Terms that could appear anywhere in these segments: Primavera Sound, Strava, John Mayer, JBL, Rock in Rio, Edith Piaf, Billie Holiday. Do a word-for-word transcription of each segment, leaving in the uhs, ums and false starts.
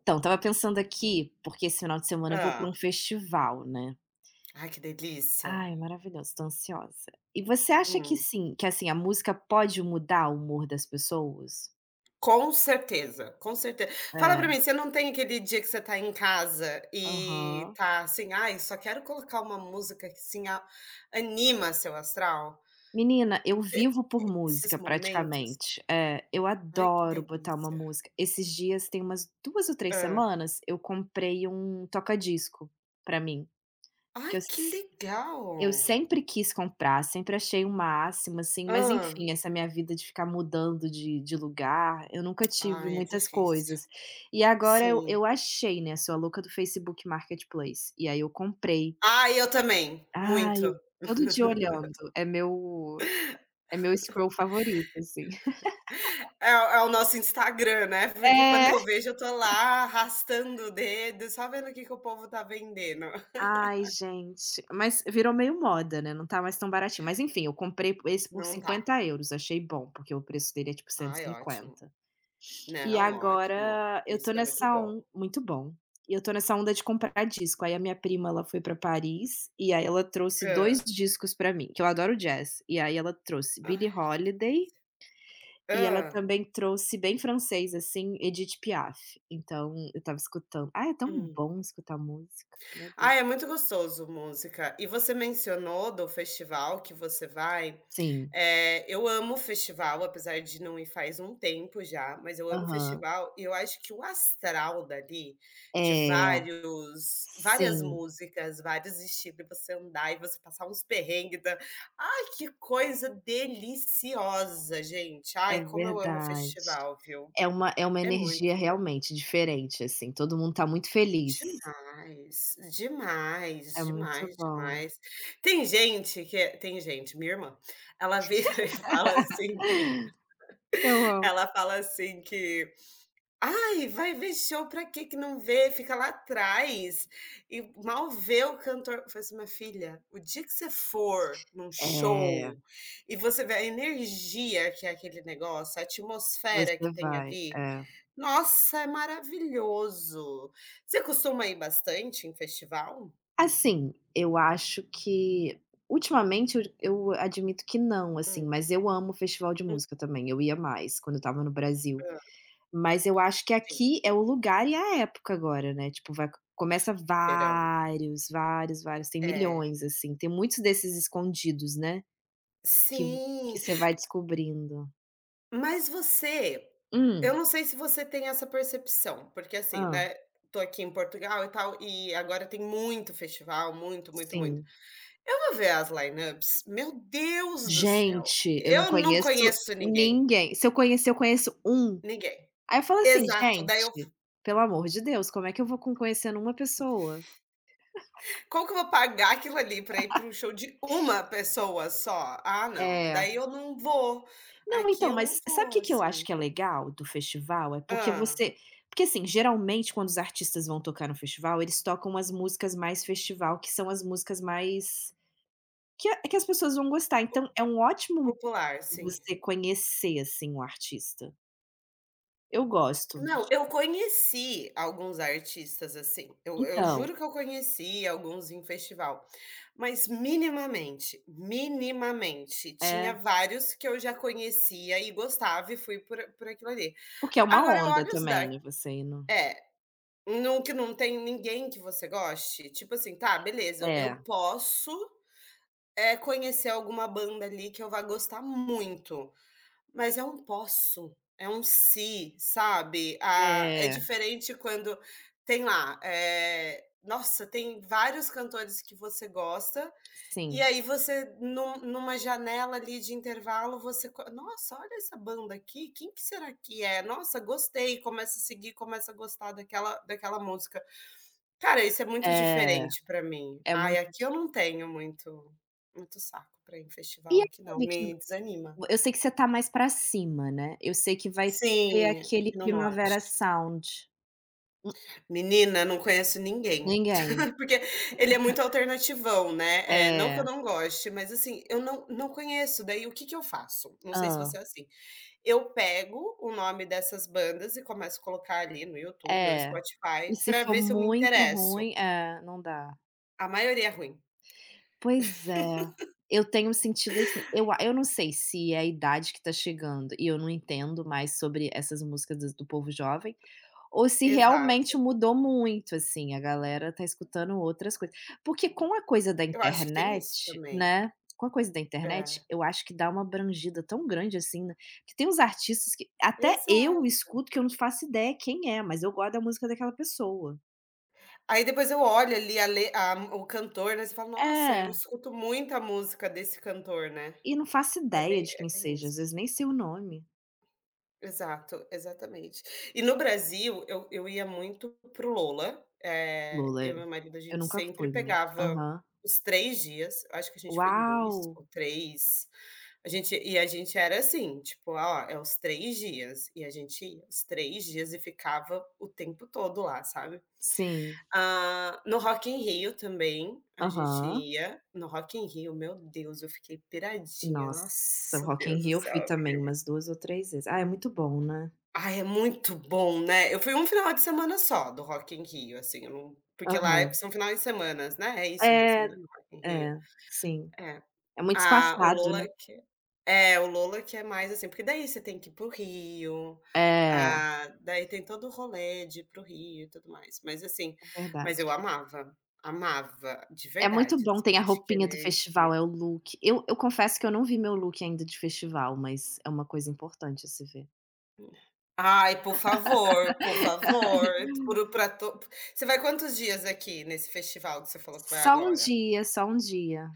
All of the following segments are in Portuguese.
Então, estava pensando aqui, porque esse final de semana eu vou para Ah, um festival, né. ai, que delícia. Ai, maravilhoso, estou ansiosa. E você acha que Hum. sim que assim, a música pode mudar o humor das pessoas? Com certeza, com certeza. Fala pra É, mim, você não tem aquele dia que você tá em casa e aham. tá assim: "Ai, só quero colocar uma música que, assim, a anima seu astral?" Menina, eu vivo por Esses música momentos. praticamente. É, eu Ai, que adoro botar uma delícia. música. Esses dias, tem umas duas ou três Ah, semanas, eu comprei um toca-disco pra mim, ai, que eu que legal. Eu sempre quis comprar, sempre achei o máximo, assim, mas Ah, enfim, essa minha vida de ficar mudando de de lugar, eu nunca tive ai, é muitas difícil. coisas. E agora eu Sim. eu achei, né, sou a louca do Facebook Marketplace, e aí eu comprei. Ah, eu também, Ai, muito. todo dia olhando, é meu é meu scroll favorito, assim. É o é o nosso Instagram, né, porque quando É. eu vejo eu tô lá arrastando o dedo, só vendo o que que o povo tá vendendo. Ai, gente, mas virou meio moda, né, não tá mais tão baratinho, mas enfim, eu comprei esse por Não tá. cinquenta euros, achei bom, porque o preço dele é tipo Ai, ótimo. cento e cinquenta. E Não, ótimo. agora eu Isso tô é muito nessa bom. on muito bom. E eu tô nessa onda de comprar disco, aí a minha prima ela foi pra Paris, e aí ela trouxe dois Hã. discos pra mim, que eu adoro jazz, e aí ela trouxe Billie Ai, que Holiday, delícia. e ela Hã. também trouxe bem francês, assim, Edith Piaf. Então eu tava escutando ah, é tão Hum. bom escutar música, meu Ah, Deus. é muito gostoso música. E você mencionou do festival que você vai. Sim, Eh, eu amo festival, apesar de não ir faz um tempo já, mas eu amo aham. festival e eu acho que o astral dali, de É, vários várias sim, músicas, vários estilos, você andar e você passar uns perrengues da ai, que coisa deliciosa, gente. Ai, é como eu amo verdade. festival, viu? É uma é uma É energia muito bom. realmente diferente, assim, todo mundo tá muito feliz. Demais, É demais, muito demais, bom. demais. Tem gente que é tem gente, minha irmã, ela vira e fala assim que Eu amo. ela fala assim que: "Ai, vai ver show pra quê que não vê? Fica lá atrás e mal vê o cantor". Eu falei assim: "Minha filha, o dia que você for num É, show e você vê a energia que é aquele negócio, a você atmosfera que tem vai, ali, é. nossa, é maravilhoso". Você costuma ir bastante em festival? Assim, eu acho que ultimamente eu eu admito que não, assim, Hum, mas eu amo festival de hum, música também, eu ia mais quando eu estava no Brasil. hã, Mas eu acho que sim, aqui é o lugar e a época agora, né, tipo vai começa verão. vários, vários, vários, tem É. milhões, assim, tem muitos desses escondidos, né, que que Sim, você vai descobrindo. mas você eu Hum. não sei se você tem essa percepção, porque assim, Ah. né, tô aqui em Portugal e tal, e agora tem muito festival, muito, muito, muito. Sim. Eu vou ver as lineups, meu Deus do céu, Gente, eu não eu não conheço conheço ninguém, ninguém. Se eu conhecer, eu conheço um. ninguém. Aí eu falo assim: Exato, daí eu "Gente, pelo amor de Deus, como é que eu vou com conhecendo uma pessoa?". como que eu vou pagar aquilo ali para ir para um show de uma pessoa só? Ah, não, É. daí eu não vou. Não, Aqui então, eu não mas sabe o vou, que que eu acho assim. que é legal do festival? É porque Hã, você porque, assim, geralmente quando os artistas vão tocar no festival, eles tocam as músicas mais festival, que são as músicas mais que a que as pessoas vão gostar. Então é um ótimo modo popular, sim. você conhecer, assim, o artista. Eu gosto. Não, eu conheci alguns artistas, assim, eu eu Então, juro que eu conheci alguns em festival, mas minimamente, minimamente. Tinha é. vários que eu já conhecia e gostava e fui por por aquilo ali. Porque é uma Agora eu onda olho os também, da né, você ir no não que não tem ninguém que você goste? Tipo assim, tá, beleza, eu eu é, posso, eh, conhecer alguma banda ali que eu vá gostar muito, mas é um posso, é um se, sabe. Ah, é é, diferente quando tem lá, eh, nossa, tem vários cantores que você gosta, e sim. aí você num numa janela ali de intervalo você co "Nossa, olha essa banda aqui, quem que será que é? Nossa, gostei", começa a seguir, começa a gostar daquela daquela música. Cara, isso é muito É, diferente pra mim. é Ai, aqui muito eu não tenho muito muito saco pra ir em e festival aqui não, aquele que me desanima. eu sei que você tá mais pra cima, né, eu sei que vai ter Sim, aquele aqui no Primavera norte. Sound. Hum, Menina, não conheço ninguém, ninguém. porque ele é muito alternativão, né. É, não que eu É. não goste, mas assim, eu não não conheço, daí o que que eu faço? Não sei se você ah é assim. Eu pego o nome dessas bandas e começo a colocar ali no YouTube ou É. Spotify E se pra for ver se eu me muito interesso. ruim é, não dá. A maioria é ruim. Pois é. Eu tenho sentido assim, eu a eu não sei se é a idade que tá chegando e eu não entendo mais sobre essas músicas do do povo jovem, ou se realmente Exato. mudou muito, assim, a galera tá escutando outras coisas. Porque com a coisa da Eu acho que tem isso internet, também. né, com a coisa da internet, É, eu acho que dá uma abrangida tão grande, assim, né, que tem uns artistas que até exato. eu escuto que eu não faço ideia quem é, mas eu gosto da música daquela pessoa. Aí depois eu olho ali a le a o cantor, né, você fala: "Nossa, É, eu escuto muita música desse cantor", né. e não faço É ideia bem de é quem bem seja, às isso. vezes nem sei o nome. Exato, exatamente. E no Brasil, eu eu ia muito pro o Lolla, eh, Lula, eu é. e meu marido, a Eu gente nunca sempre fui, mas pegava aham. os três dias. Eu acho que a gente foi em dois Uau! ou três. a gente e a gente era assim, tipo: "Ó, é os três dias", e a gente ia os três dias e ficava o tempo todo lá, sabe. Sim. Ah, no Rock in Rio também, a gente Aham. ia no Rock in Rio, meu Deus, eu fiquei piradinha, Nossa, nossa Rock in Deus do Rio eu céu, fui eu fiquei também muito umas duas ou três vezes. Ah, é muito bom, né. ai, é muito bom, né. Eu fui um final de semana só do Rock in Rio, assim, eu não porque lá é Aham. são finais de semanas, né, é isso mesmo, É, né, no Rock in Rio? é, sim. É. É muito Ah, o espaçado, Lola né. que é, o Lola que é mais assim porque daí você tem que ir para Rio, É, é ah, daí tem todo o rolê de ir para Rio e tudo mais. Mas assim mas eu verdade. amava, amava, de É muito verdade, bom, assim, tem a acho que a roupinha do festival, energia é o look. Eu eu confesso que eu não vi meu look ainda de festival, mas é uma coisa importante a se ver. ai, por favor, por favor, por pra to você vai quantos dias aqui nesse festival que você falou que vai Só um agora? dia, só um dia.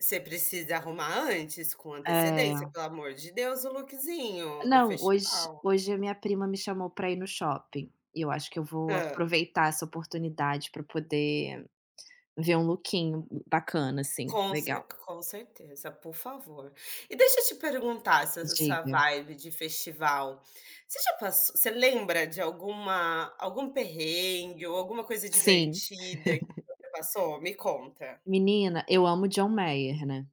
Você precisa arrumar antes, com antecedência, É. pelo amor de Deus, o lookzinho do Não, hoje festival. hoje a minha prima me chamou para ir no shopping, e eu acho que eu vou Hã. aproveitar essa oportunidade para poder ver um lookinho bacana, assim, Com cer legal. com certeza, por favor. E deixa eu te perguntar se essa essa Diga. vibe de festival, você já passou você lembra de alguma algum perrengue ou alguma coisa Sim. divertida que você passou? Me conta. Menina, eu amo John Mayer, né,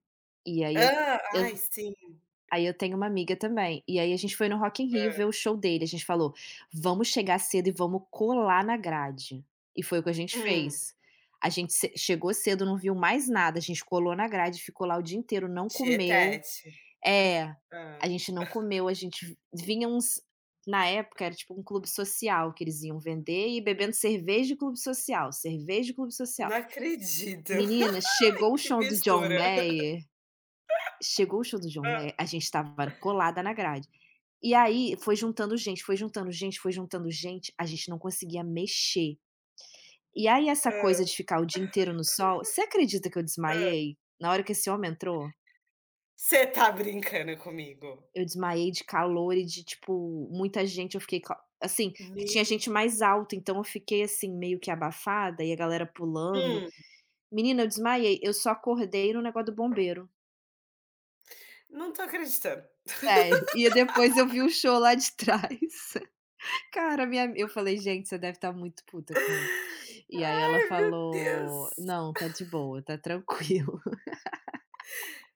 e aí eu ah eu Ai sim, aí eu tenho uma amiga também, e aí a gente foi no Rock in Rio hã. ver o show dele, a gente falou: "Vamos chegar cedo e vamos colar na grade", e foi o que a gente Hum, fez. A gente ce chegou cedo, não viu mais nada, a gente colou na grade, ficou lá o dia inteiro, não comeu tietete. É, a Hã. gente não comeu, a gente vinha uns na época era tipo um clube social que eles iam vender e bebendo cerveja de clube social, cerveja de clube social. Não acredito. Menina, Ai chegou o que show do John mistura. Mayer, chegou o show do John Hã, Mayer, a gente estava colada na grade. E aí foi juntando gente, foi juntando gente, foi juntando gente, a gente não conseguia mexer. E aí essa hã, coisa de ficar o dia inteiro no sol, você acredita que eu hã. desmaiei na hora que esse homem entrou? Você tá brincando comigo? Eu desmaiei de calor e de, tipo, muita gente, eu fiquei ca assim, que tinha Meu gente mais alta, então eu fiquei, assim, meio que abafada e a galera pulando. hum, Menina, eu desmaiei, eu só acordei no negócio do bombeiro, não tô acreditando. sério. E depois eu vi o show lá de trás. Cara, minha eu falei: "Gente, você deve estar muito puta comigo". E aí ela Ai, meu falou: Deus. "Não, tá de boa, tá tranquilo".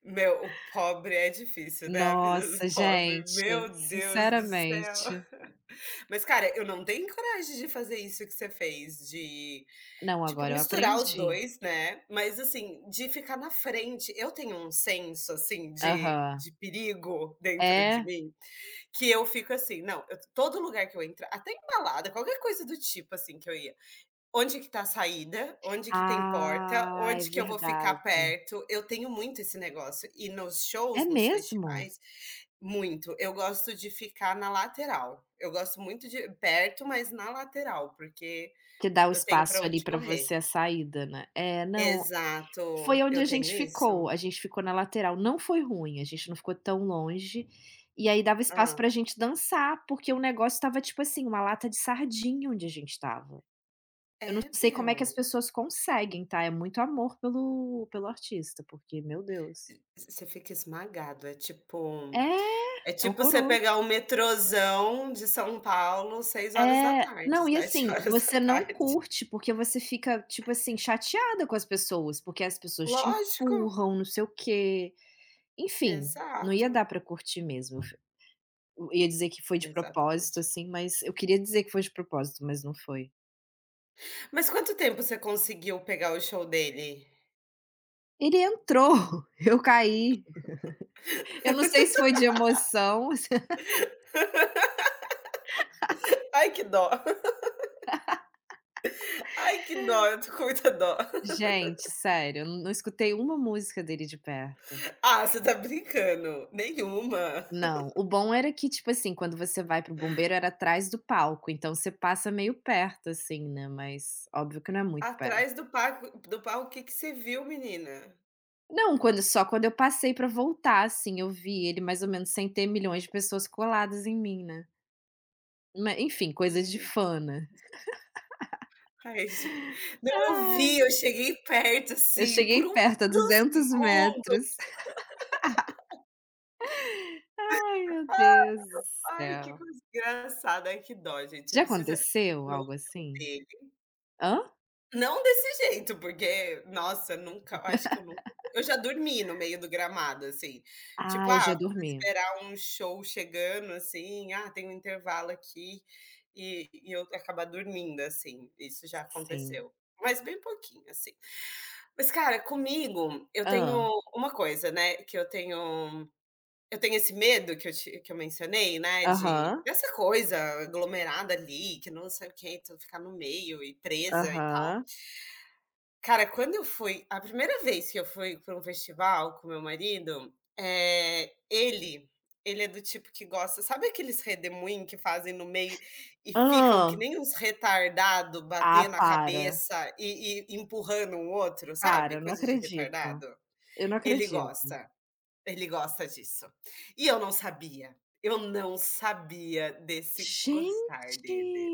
Meu, o pobre é difícil, né, a vida do Nossa, pobre. gente, Meu Deus do céu. sinceramente. Mas, cara, eu não tenho coragem de fazer isso que você fez, de, Não, tipo, agora eu misturar os aprendi. dois né, mas, assim, de ficar na frente. Eu tenho um senso, assim, de Aham. de perigo dentro de É. mim, que eu fico assim: "Não, eu todo lugar que eu entro até em balada, qualquer coisa do tipo, assim, que eu ia, onde que tá a saída, onde que tem porta, Ah, é onde que eu vou ficar verdade. perto. Eu tenho muito esse negócio e nos É shows, nos mesmo? festivais, muito". Eu gosto de ficar na lateral. Eu gosto muito de perto, mas na lateral, porque Que dá o eu tenho pra espaço ali onde pra correr. você a saída, né. É, não, foi Exato, onde eu a tenho gente ficou, isso. a gente ficou na lateral, não foi ruim, a gente não ficou tão longe, e aí dava espaço Hã. pra gente dançar, porque o negócio estava, tipo assim, uma lata de sardinha onde a gente estava. Não É, sei como é que as meu, pessoas conseguem, tá, é muito amor pelo pelo artista, porque, meu Deus. você você fica esmagado, é É, tipo é é tipo você horroroso. pegar o metrozão de São Paulo seis horas da É, tarde, não, e sete assim, horas da você não tarde. curte, porque você fica, tipo assim, chateada com as pessoas, porque as pessoas te Lógico, empurram, não sei o quê. Enfim, não ia exato, dar pra curtir mesmo. Eu f eu ia dizer que foi de propósito, exatamente. assim, mas eu queria dizer que foi de propósito, mas não foi. Mas quanto tempo você conseguiu pegar o show dele? Ele entrou, eu caí. Eu não sei se foi de emoção. Ai que dó. Ai que dó, eu tô com muita dó. Gente, sério, eu não escutei uma música dele de perto. Ah, você tá brincando, nenhuma. Não, o bom era que, tipo assim, quando você vai pro bombeiro era atrás do palco, então você passa meio perto, assim, né, mas óbvio que não é muito Atrás perto. do palco, do palco, o que que você viu menina? Não, quando só quando eu passei pra voltar, assim, eu vi ele mais ou menos sem ter milhões de pessoas coladas em mim, né. Ma enfim, coisa Ai de gente! fã, né. Ai gen não, eu vi, Ai, eu cheguei perto eu assim, por cheguei um perto a por um 200 segundo. metros. Ai, meu Deus do Ai que céu. coisa engraçada, ai que dó gente, você Já precisa ir aconteceu no algo show assim? dele. Hã? Não desse jeito, porque, nossa, nunca acho que eu nunca eu já dormi no meio do gramado, assim, tipo, Ah, eu ah, já vou dormi. esperar um show chegando, assim, ah, tem um intervalo aqui, e e eu acabar dormindo, assim, isso já Sim. aconteceu, mas bem pouquinho, assim. Mas cara, comigo, eu Hã. tenho uma coisa, né, que eu tenho eu tenho esse medo que eu te que eu mencionei, né, de Aham, dessa coisa aglomerada ali, que não sei o quê, então ficar no meio e presa e tal. aham. Cara, quando eu fui a primeira vez que eu fui para um festival com meu marido, eh, ele ele é do tipo que gosta sabe aqueles redemoinho que fazem no meio e ficam aham. que Hã. nem uns retardado Ah, batendo a para, cabeça e e empurrando um outro, sabe, para, não coisa de acredito. retardado? Eu não Ele acredito. gosta, ele gosta disso. E eu não sabia, eu não sabia desse gostar Gente! dele.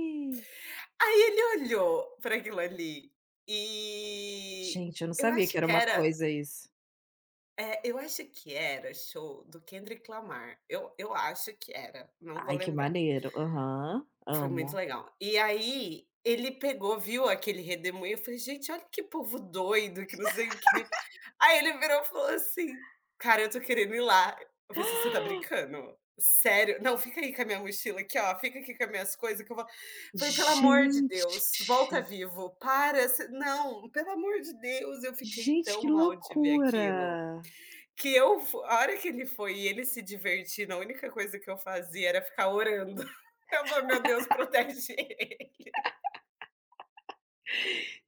Aí ele olhou para aquilo ali e Gente, eu não eu sabia que acho era que uma era coisa isso. é, eu acho que era show do Kendrick Lamar. Eu eu acho que era, não vou Ai, que lembrar. maneiro. Aham, Foi amo. muito legal. E aí ele pegou, viu aquele redemoinho, eu falei: "Gente, olha que povo doido, que não sei o quê". Aí ele virou e falou assim: "Cara, eu tô querendo ir lá". Eu falei assim: "Você tá brincando? Sério? Não, fica aí com a minha mochila aqui, ó, fica aqui com as minhas coisas que eu vou". Falei: "Pelo amor de Gente, Deus, volta vivo, para, você não, pelo amor de Deus". Eu fiquei gente, tão que mal de ver aquilo, loucura. que eu f a hora que ele foi e ele se divertindo, a única coisa que eu fazia era ficar orando. Eu falei: "Meu Deus, protege ele".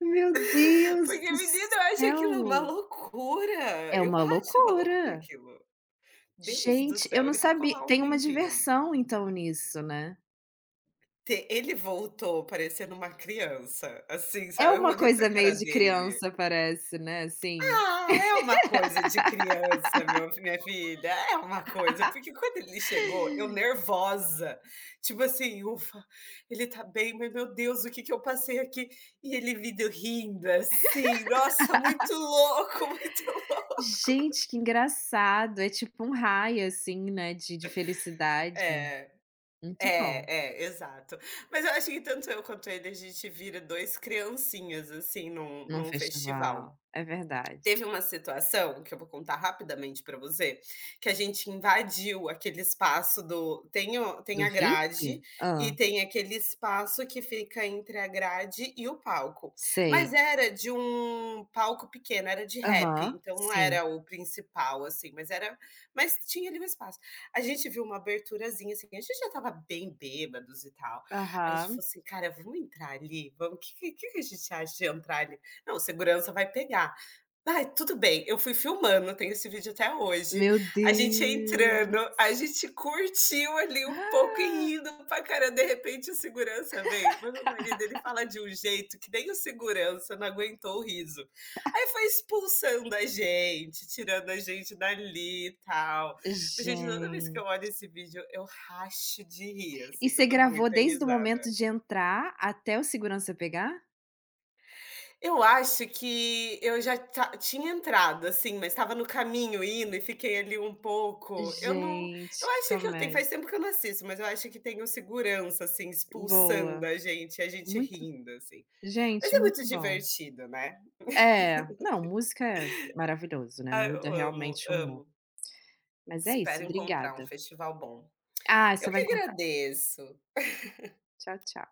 Meu Deus Porque do menina, eu acho aquilo uma céu. loucura, É eu uma acho uma loucura loucura. aquilo. Deus do Gente, eu céu, não ele ficou sabia lá um tem uma tempinho. diversão então nisso, né. Te ele voltou parecendo uma criança, assim, É sabe, eu uma olhei pra coisa meio cara de dele. criança parece, né, assim. Ah, é uma coisa de criança, meu minha filha, é uma coisa, porque quando ele chegou, eu nervosa, tipo assim: "Ufa, ele tá bem, mas meu Deus, o que que eu passei aqui?". E ele vindo rindo, assim, nossa, muito louco, muito louco. Gente, que engraçado. É tipo um high, assim, né, de de felicidade. É. Muito bom, É, é, exato. Mas eu acho que tanto eu quanto ele, a gente vira dois criancinhas, assim, num num num festival. festival. É verdade. Teve uma situação, que eu vou contar rapidamente para você, que a gente invadiu aquele espaço do tem o tem Do a grade hippie? e Ah, tem aquele espaço que fica entre a grade e o palco. Mas sei. era de um palco pequeno, era de rap, Aham, então não sim. era o principal, assim, mas era mas tinha ali um espaço. A gente viu uma aberturazinha, assim, a gente já estava bem bêbados e tal. A gente Aham. falou assim: "Cara, vamos entrar ali? Vamos o que que que a gente acha de entrar ali? Não, segurança vai pegar". Ai, tudo bem, eu fui filmando, tenho esse vídeo até hoje. Meu A gente entrando, Deus! a gente curtiu ali um pouco e Ah, rindo pra caramba, de repente o segurança veio, mas meu marido ele fala de um jeito que nem o segurança não aguentou o riso. Aí foi expulsando a gente, tirando a gente dali e tal. Mas gente, toda vez que eu olho Gente. esse vídeo eu racho de rir, E assim, eu você dou gravou muita desde o risada. momento de entrar até o segurança pegar? Eu acho que eu já ta tinha entrado, assim, mas estava no caminho indo e fiquei ali um pouco. Eu não eu Gente, que acho que eu tenho comédia. faz tempo que eu não assisto, mas eu acho que tem um segurança, assim, expulsando Boa. a gente, a gente Muito rindo, assim. Mas gente, é muito muito bom. divertido, né. É, não, música é maravilhoso, né, Ah, muda eu amo, realmente o humor. amo. Mas é Espero isso, encontrar um obrigada. festival bom. Ah, você Eu que vai encontrar. agradeço. Tchau, tchau.